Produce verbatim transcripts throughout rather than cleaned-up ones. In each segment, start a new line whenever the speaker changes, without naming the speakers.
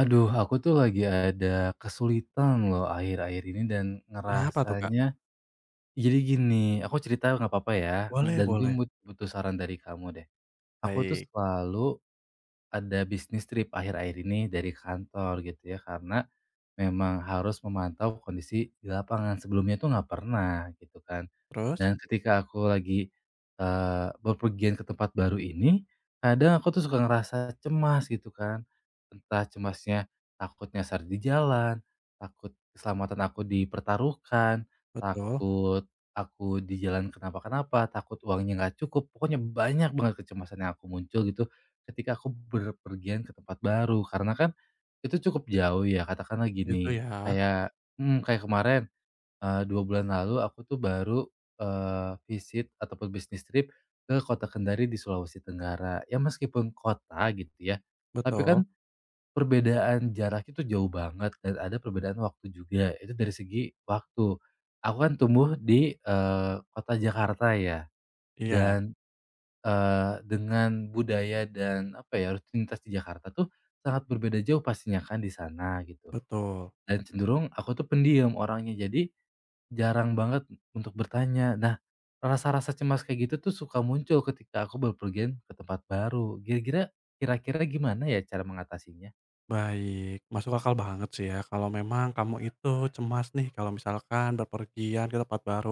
Aduh, aku tuh lagi ada kesulitan loh akhir-akhir ini dan
Kenapa tuh, Kak?
ngerasanya jadi gini, aku cerita nggak apa-apa ya,
Boleh
dan mungkin
boleh.
mut- butuh saran dari kamu deh. Aku tuh
Baik,
selalu ada bisnis trip akhir-akhir ini dari kantor gitu ya, karena memang harus memantau kondisi di lapangan, sebelumnya tuh nggak pernah gitu kan.
terus?
Dan ketika aku lagi, eee, bepergian ke tempat baru ini, kadang aku tuh suka ngerasa cemas gitu kan. Entah cemasnya takut nyasar di jalan, takut keselamatan aku dipertaruhkan,
Betul,
takut aku di jalan kenapa-kenapa, takut uangnya nggak cukup, pokoknya banyak banget kecemasan yang aku muncul gitu ketika aku berpergian ke tempat baru. Karena kan itu cukup jauh ya, katakanlah
itu
gini,
ya,
kayak hmm kayak kemarin, eee, dua bulan lalu aku tuh baru, eee, visit ataupun business trip ke Kota Kendari di Sulawesi Tenggara. Ya meskipun kota gitu ya, tapi
betul,
kan perbedaan jarak itu jauh banget dan ada perbedaan waktu juga, itu dari segi waktu. Aku kan tumbuh di, eee, kota Jakarta ya
iya,
dan, eee, dengan budaya dan apa ya, rutinitas di Jakarta tuh sangat berbeda jauh pastinya kan di sana gitu.
betul.
Dan cenderung aku tuh pendiam orangnya, jadi jarang banget untuk bertanya. Nah, rasa-rasa cemas kayak gitu tuh suka muncul ketika aku berpergian ke tempat baru. Kira-kira kira-kira gimana ya cara mengatasinya?
Baik, masuk akal banget sih ya kalau memang kamu itu cemas nih kalau misalkan berpergian ke tempat baru.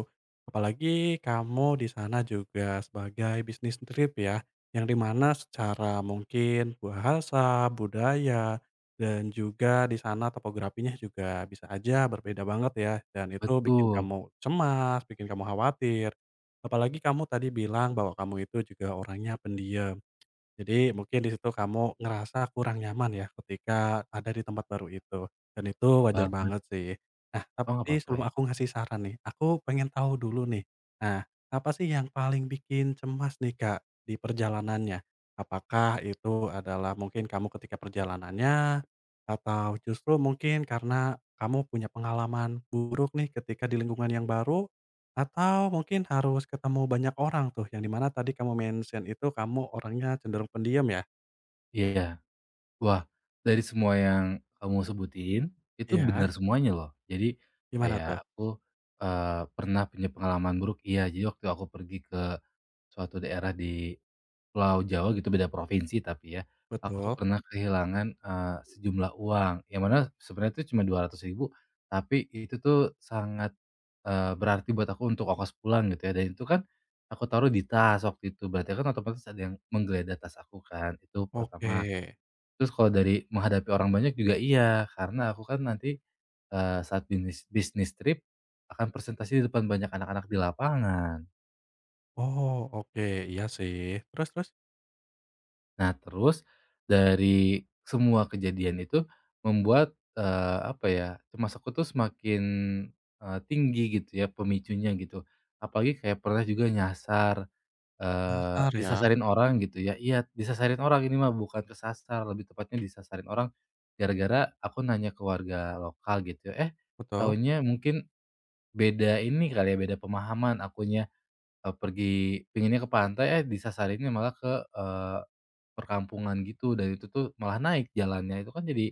Apalagi kamu di sana juga sebagai bisnis trip ya, yang di mana secara mungkin bahasa, budaya, dan juga di sana topografinya juga bisa aja berbeda banget ya, dan itu bikin
Betul
kamu cemas, bikin kamu khawatir. Apalagi kamu tadi bilang bahwa kamu itu juga orangnya pendiam. Jadi mungkin di situ kamu ngerasa kurang nyaman ya ketika ada di tempat baru itu, dan itu wajar
banget.
banget sih. Nah,
Oh, nggak
tapi
apa-apa
sebelum
ya?
aku ngasih saran nih, aku pengen tahu dulu nih, nah, apa sih yang paling bikin cemas nih, Kak, di perjalanannya? Apakah itu adalah mungkin kamu ketika perjalanannya, atau justru mungkin karena kamu punya pengalaman buruk nih ketika di lingkungan yang baru? Atau mungkin harus ketemu banyak orang tuh, yang di mana tadi kamu mention itu kamu orangnya cenderung pendiam ya?
Iya. Wah, dari semua yang kamu sebutin, itu
Iya,
benar semuanya loh. Jadi
gimana
kayak
tuh?
aku, eee, pernah punya pengalaman buruk, iya. Jadi waktu aku pergi ke suatu daerah di Pulau Jawa gitu beda provinsi tapi ya, aku
Betul,
pernah kehilangan, eee, sejumlah uang yang mana sebenarnya itu cuma dua ratus ribu, tapi itu tuh sangat, eee, berarti buat aku untuk ongkos pulang gitu ya dan itu kan aku taruh di tas waktu itu berarti kan otomatis ada yang menggeledah tas aku kan itu
oke.
pertama. Terus kalau dari menghadapi orang banyak juga iya karena aku kan nanti, eee, saat bisnis bisnis trip akan presentasi di depan banyak anak-anak di lapangan.
Oh, oke, iya sih. Terus terus?
Nah terus, dari semua kejadian itu membuat, eee, apa ya, cemas aku tuh semakin, eee, tinggi gitu ya pemicunya gitu. Apalagi kayak pernah juga nyasar, eee,
Nyasar ya?
disasarin orang gitu ya iya disasarin orang ini mah bukan kesasar lebih tepatnya disasarin orang, gara-gara aku nanya ke warga lokal gitu ya, eh,
Betul,
taunya mungkin beda ini kali ya beda pemahaman akunya, eee, pergi pinginnya ke pantai eh disasarinnya malah ke, eee perkampungan gitu dan itu tuh malah naik jalannya, itu kan jadi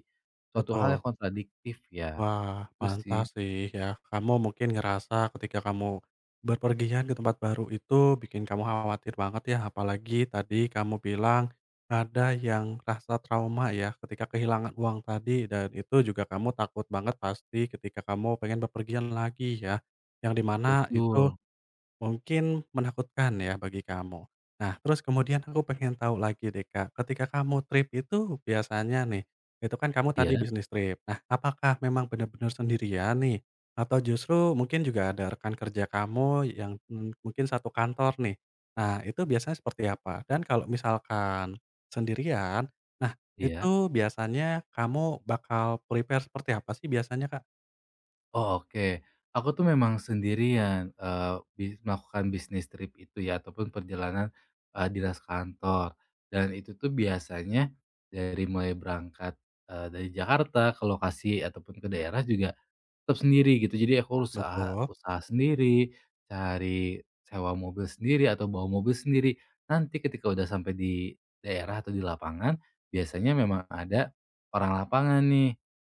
suatu hal
betul.
yang kontradiktif ya,
Wah,
itu sih.
pantas sih ya. Kamu mungkin ngerasa ketika kamu berpergian ke tempat baru itu bikin kamu khawatir banget ya, apalagi tadi kamu bilang ada yang rasa trauma ya ketika kehilangan uang tadi dan itu juga kamu takut banget pasti ketika kamu pengen berpergian lagi ya. Yang di mana itu
Betul.
mungkin menakutkan ya bagi kamu. Nah, terus kemudian aku pengen tahu lagi deh, Kak, ketika kamu trip itu biasanya nih, itu kan kamu tadi
Iya
bisnis trip. Nah, apakah memang benar-benar sendirian nih? Atau justru mungkin juga ada rekan kerja kamu yang mmm, mungkin satu kantor nih. Nah, itu biasanya seperti apa? Dan kalau misalkan sendirian, nah
iya.
itu biasanya kamu bakal prepare seperti apa sih biasanya, Kak?
Oh, oke. Aku tuh memang sendirian, eee, bis melakukan bisnis trip itu ya ataupun perjalanan, eee, dinas kantor dan itu tuh biasanya dari mulai berangkat, eee, dari Jakarta ke lokasi ataupun ke daerah juga tetap sendiri gitu, jadi aku usaha
Betul,
usaha sendiri, cari sewa mobil sendiri atau bawa mobil sendiri. Nanti ketika udah sampai di daerah atau di lapangan, biasanya memang ada orang lapangan nih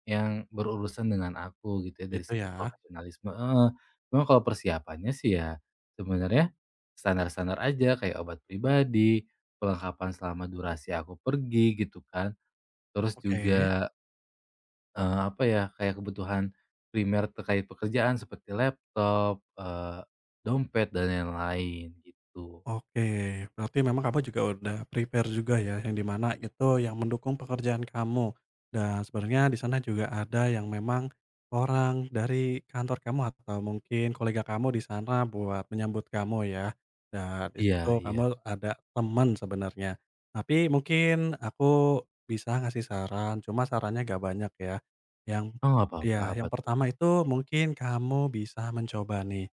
yang berurusan dengan aku gitu ya dari
gitu
segi
ya.
profesionalisme heeh. Cuma kalau persiapannya sih ya sebenarnya standar-standar aja kayak obat pribadi, perlengkapan selama durasi aku pergi gitu kan, terus
Oke.
juga Eee, apa ya, kayak kebutuhan primer terkait pekerjaan seperti laptop, eee, dompet dan lain-lain gitu.
Oke, berarti memang kamu juga udah prepare juga ya, yang di mana itu yang mendukung pekerjaan kamu. Dan sebenarnya di sana juga ada yang memang orang dari kantor kamu atau mungkin kolega kamu di sana buat menyambut kamu ya. Dan di
Iya
situ
iya.
kamu ada teman sebenarnya. Tapi mungkin aku bisa ngasih saran, cuma sarannya gak banyak ya. Yang
Oh, nggak apa-apa,
ya,
apa
yang
tuh?
pertama itu mungkin kamu bisa mencoba nih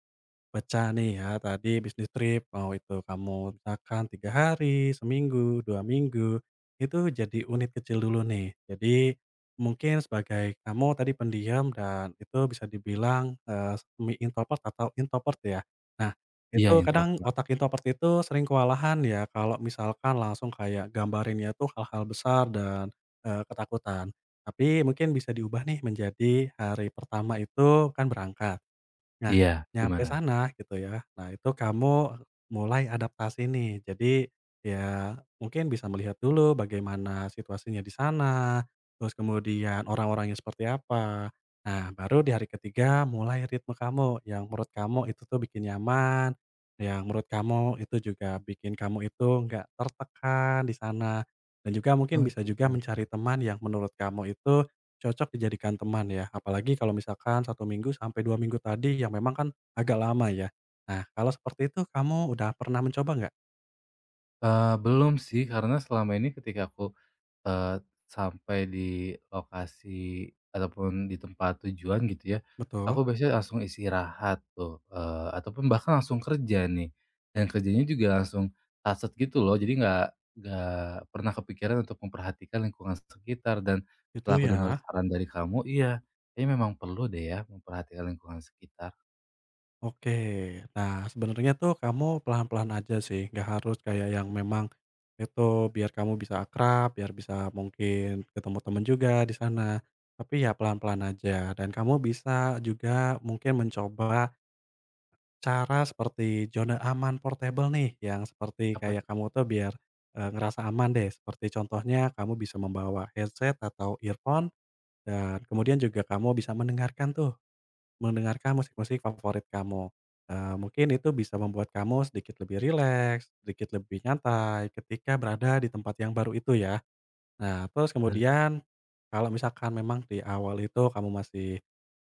pecah nih ya tadi bisnis trip, mau itu kamu misalkan tiga hari, seminggu, dua minggu, itu jadi unit kecil dulu nih. Jadi mungkin sebagai kamu tadi pendiam dan itu bisa dibilang, eee, semi introvert atau introvert ya. Nah,
Iya,
itu kadang
introvert.
otak introvert itu sering kewalahan ya kalau misalkan langsung kayak gambarinnya tuh hal-hal besar dan, eee, ketakutan. Tapi mungkin bisa diubah nih menjadi hari pertama itu kan berangkat. Nah,
Iya,
nyampe
gimana?
sana gitu ya. Nah, itu kamu mulai adaptasi nih. Jadi, ya mungkin bisa melihat dulu bagaimana situasinya di sana, terus kemudian orang-orangnya seperti apa. Nah, baru di hari ketiga mulai ritme kamu yang menurut kamu itu tuh bikin nyaman, yang menurut kamu itu juga bikin kamu itu nggak tertekan di sana, dan juga mungkin
Oh,
bisa juga
gitu ya.
mencari teman yang menurut kamu itu cocok dijadikan teman ya, apalagi kalau misalkan satu minggu sampai dua minggu tadi yang memang kan agak lama ya. Nah, kalau seperti itu kamu udah pernah mencoba nggak?
Eee, belum sih, karena selama ini ketika aku eh sampai di lokasi ataupun di tempat tujuan gitu ya,
Betul,
aku biasanya langsung istirahat tuh, eee, ataupun bahkan langsung kerja nih, dan kerjanya juga langsung saset gitu loh. Jadi nggak nggak pernah kepikiran untuk memperhatikan lingkungan sekitar dan
itu
setelah aku dengar
ya?
saran dari kamu, iya, kayaknya memang perlu deh ya memperhatikan lingkungan sekitar.
Oke. Nah, sebenarnya tuh kamu pelan-pelan aja sih, nggak harus kayak yang memang itu biar kamu bisa akrab, biar bisa mungkin ketemu teman juga di sana. Tapi ya pelan-pelan aja dan kamu bisa juga mungkin mencoba cara seperti zona aman portable nih, yang seperti
Apa
kayak
tuh?
kamu tuh biar, eee, ngerasa aman deh, seperti contohnya kamu bisa membawa headset atau earphone, dan kemudian juga kamu bisa mendengarkan tuh, mendengarkan musik-musik favorit kamu. Eee, mungkin itu bisa membuat kamu sedikit lebih rileks, sedikit lebih nyantai ketika berada di tempat yang baru itu ya. Nah, terus
Bener.
kemudian kalau misalkan memang di awal itu kamu masih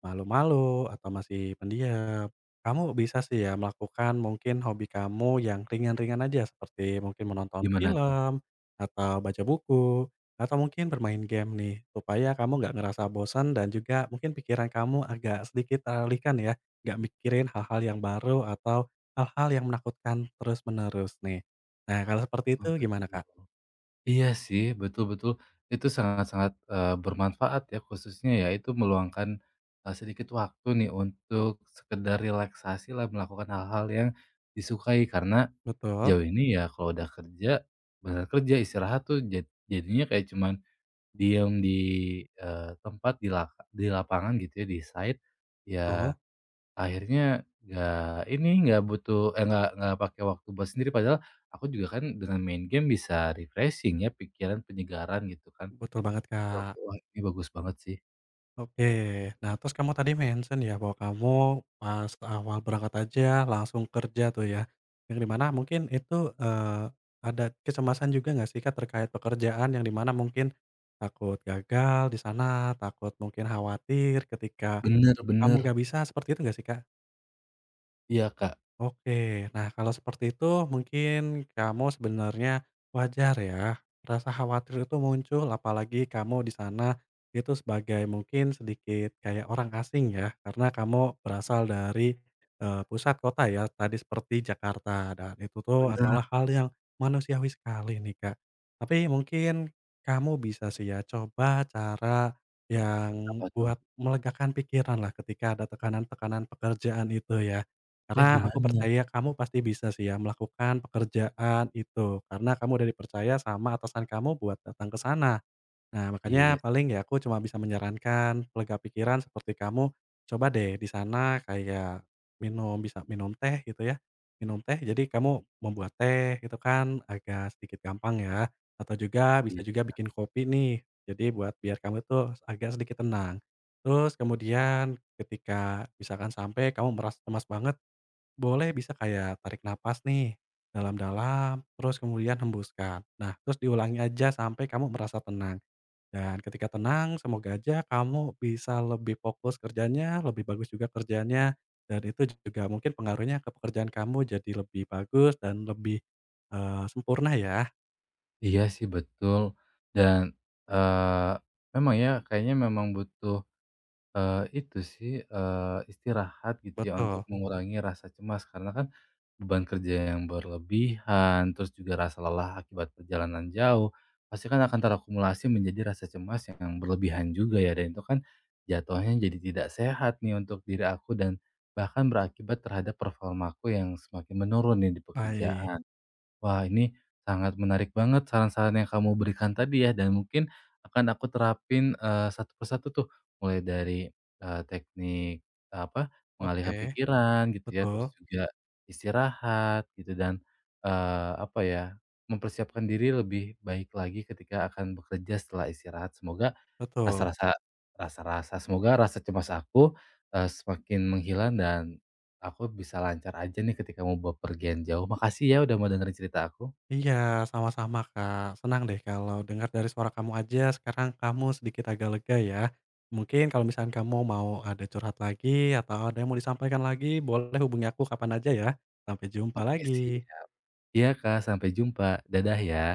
malu-malu atau masih pendiam, kamu bisa sih ya melakukan mungkin hobi kamu yang ringan-ringan aja seperti mungkin menonton
Gimana tuh?
film atau baca buku atau mungkin bermain game nih supaya kamu nggak ngerasa bosan dan juga mungkin pikiran kamu agak sedikit teralihkan ya, nggak mikirin hal-hal yang baru atau hal-hal yang menakutkan terus-menerus nih. Nah, kalau seperti
Oh,
itu gimana,
betul.
Kak?
Iya sih, betul betul. Itu sangat-sangat, eee, bermanfaat ya khususnya ya itu meluangkan, eee, sedikit waktu nih untuk sekedar relaksasi lah melakukan hal-hal yang disukai. Karena
Betul?
jauh ini ya kalau udah kerja, benar kerja, istirahat tuh jad jadinya kayak cuman diem di, eee, tempat di laka di lapangan gitu ya, di site,
Betul?
ya akhirnya nggak ini, nggak butuh eh, nggak nggak pakai waktu buat sendiri, padahal aku juga kan dengan main game bisa refreshing ya, pikiran, penyegaran gitu kan.
Betul banget, Kak.
Oke, wah ini bagus banget sih.
Oke. Nah, terus kamu tadi mention ya bahwa kamu pas awal berangkat aja langsung kerja tuh ya, yang di mana mungkin itu, eee, ada kecemasan juga nggak sih, Kak, terkait pekerjaan yang di mana mungkin takut gagal di sana, takut mungkin khawatir ketika
Bener
kamu
bener.
nggak bisa, seperti itu nggak sih, Kak?
Iya, Kak,
Oke. Nah, kalau seperti itu mungkin kamu sebenarnya wajar ya, rasa khawatir itu muncul apalagi kamu di sana itu sebagai mungkin sedikit kayak orang asing ya, karena kamu berasal dari, eee, pusat kota ya, tadi seperti Jakarta dan itu tuh
bener.
adalah hal yang manusiawi sekali nih, Kak. Tapi mungkin kamu bisa sih ya coba cara yang
Apa tuh?
buat melegakan pikiran lah ketika ada tekanan-tekanan pekerjaan itu ya.
Eh,
Karena aku
gimana?
percaya kamu pasti bisa sih ya melakukan pekerjaan itu, karena kamu udah dipercaya sama atasan kamu buat datang ke sana. Nah,
Iya
makanya
sih.
paling ya aku cuma bisa menyarankan pelega pikiran seperti kamu, coba deh di sana kayak minum bisa minum teh gitu ya, minum teh jadi kamu membuat teh itu kan agak sedikit gampang ya, atau juga bisa
Iya.
juga bikin kopi nih, jadi buat biar kamu tuh agak sedikit tenang. Terus kemudian ketika misalkan sampai kamu merasa cemas banget boleh bisa kayak tarik napas nih, dalam-dalam, terus kemudian hembuskan. Nah, terus diulangi aja sampai kamu merasa tenang. Dan ketika tenang, semoga aja kamu bisa lebih fokus kerjanya, lebih bagus juga kerjanya, dan itu juga mungkin pengaruhnya ke pekerjaan kamu jadi lebih bagus dan lebih, eee, sempurna ya.
Iya sih, betul. Dan, eee, memang ya kayaknya memang butuh, eee, itu sih, eee, istirahat gitu ya untuk
Betul,
mengurangi rasa cemas karena kan beban kerja yang berlebihan, terus juga rasa lelah akibat perjalanan jauh, pasti kan akan terakumulasi menjadi rasa cemas yang berlebihan juga ya, dan itu kan jatuhnya jadi tidak sehat nih untuk diri aku dan bahkan berakibat terhadap performaku yang semakin menurun nih di
baik,
pekerjaan. Wah, ini sangat menarik banget saran-saran yang kamu berikan tadi ya, dan mungkin akan aku terapin, eee, satu persatu tuh, mulai dari, eee, teknik, apa, pengalihan
oke,
pikiran gitu ya,
betul
terus juga istirahat gitu dan, eee, apa ya, mempersiapkan diri lebih baik lagi ketika akan bekerja setelah istirahat. Semoga
betul.
Rasa-rasa rasa-rasa Semoga rasa cemas aku, eee, semakin menghilang dan aku bisa lancar aja nih ketika mau bepergian jauh. Makasih ya udah mau dengerin cerita aku.
Iya, sama-sama, Kak. Senang deh kalau dengar dari suara kamu aja sekarang kamu sedikit agak lega ya. Mungkin kalau misalnya kamu mau ada curhat lagi atau ada yang mau disampaikan lagi boleh hubungi aku kapan aja ya. Sampai jumpa
Oke
lagi.
siap. Iya Kak, sampai jumpa. Dadah ya.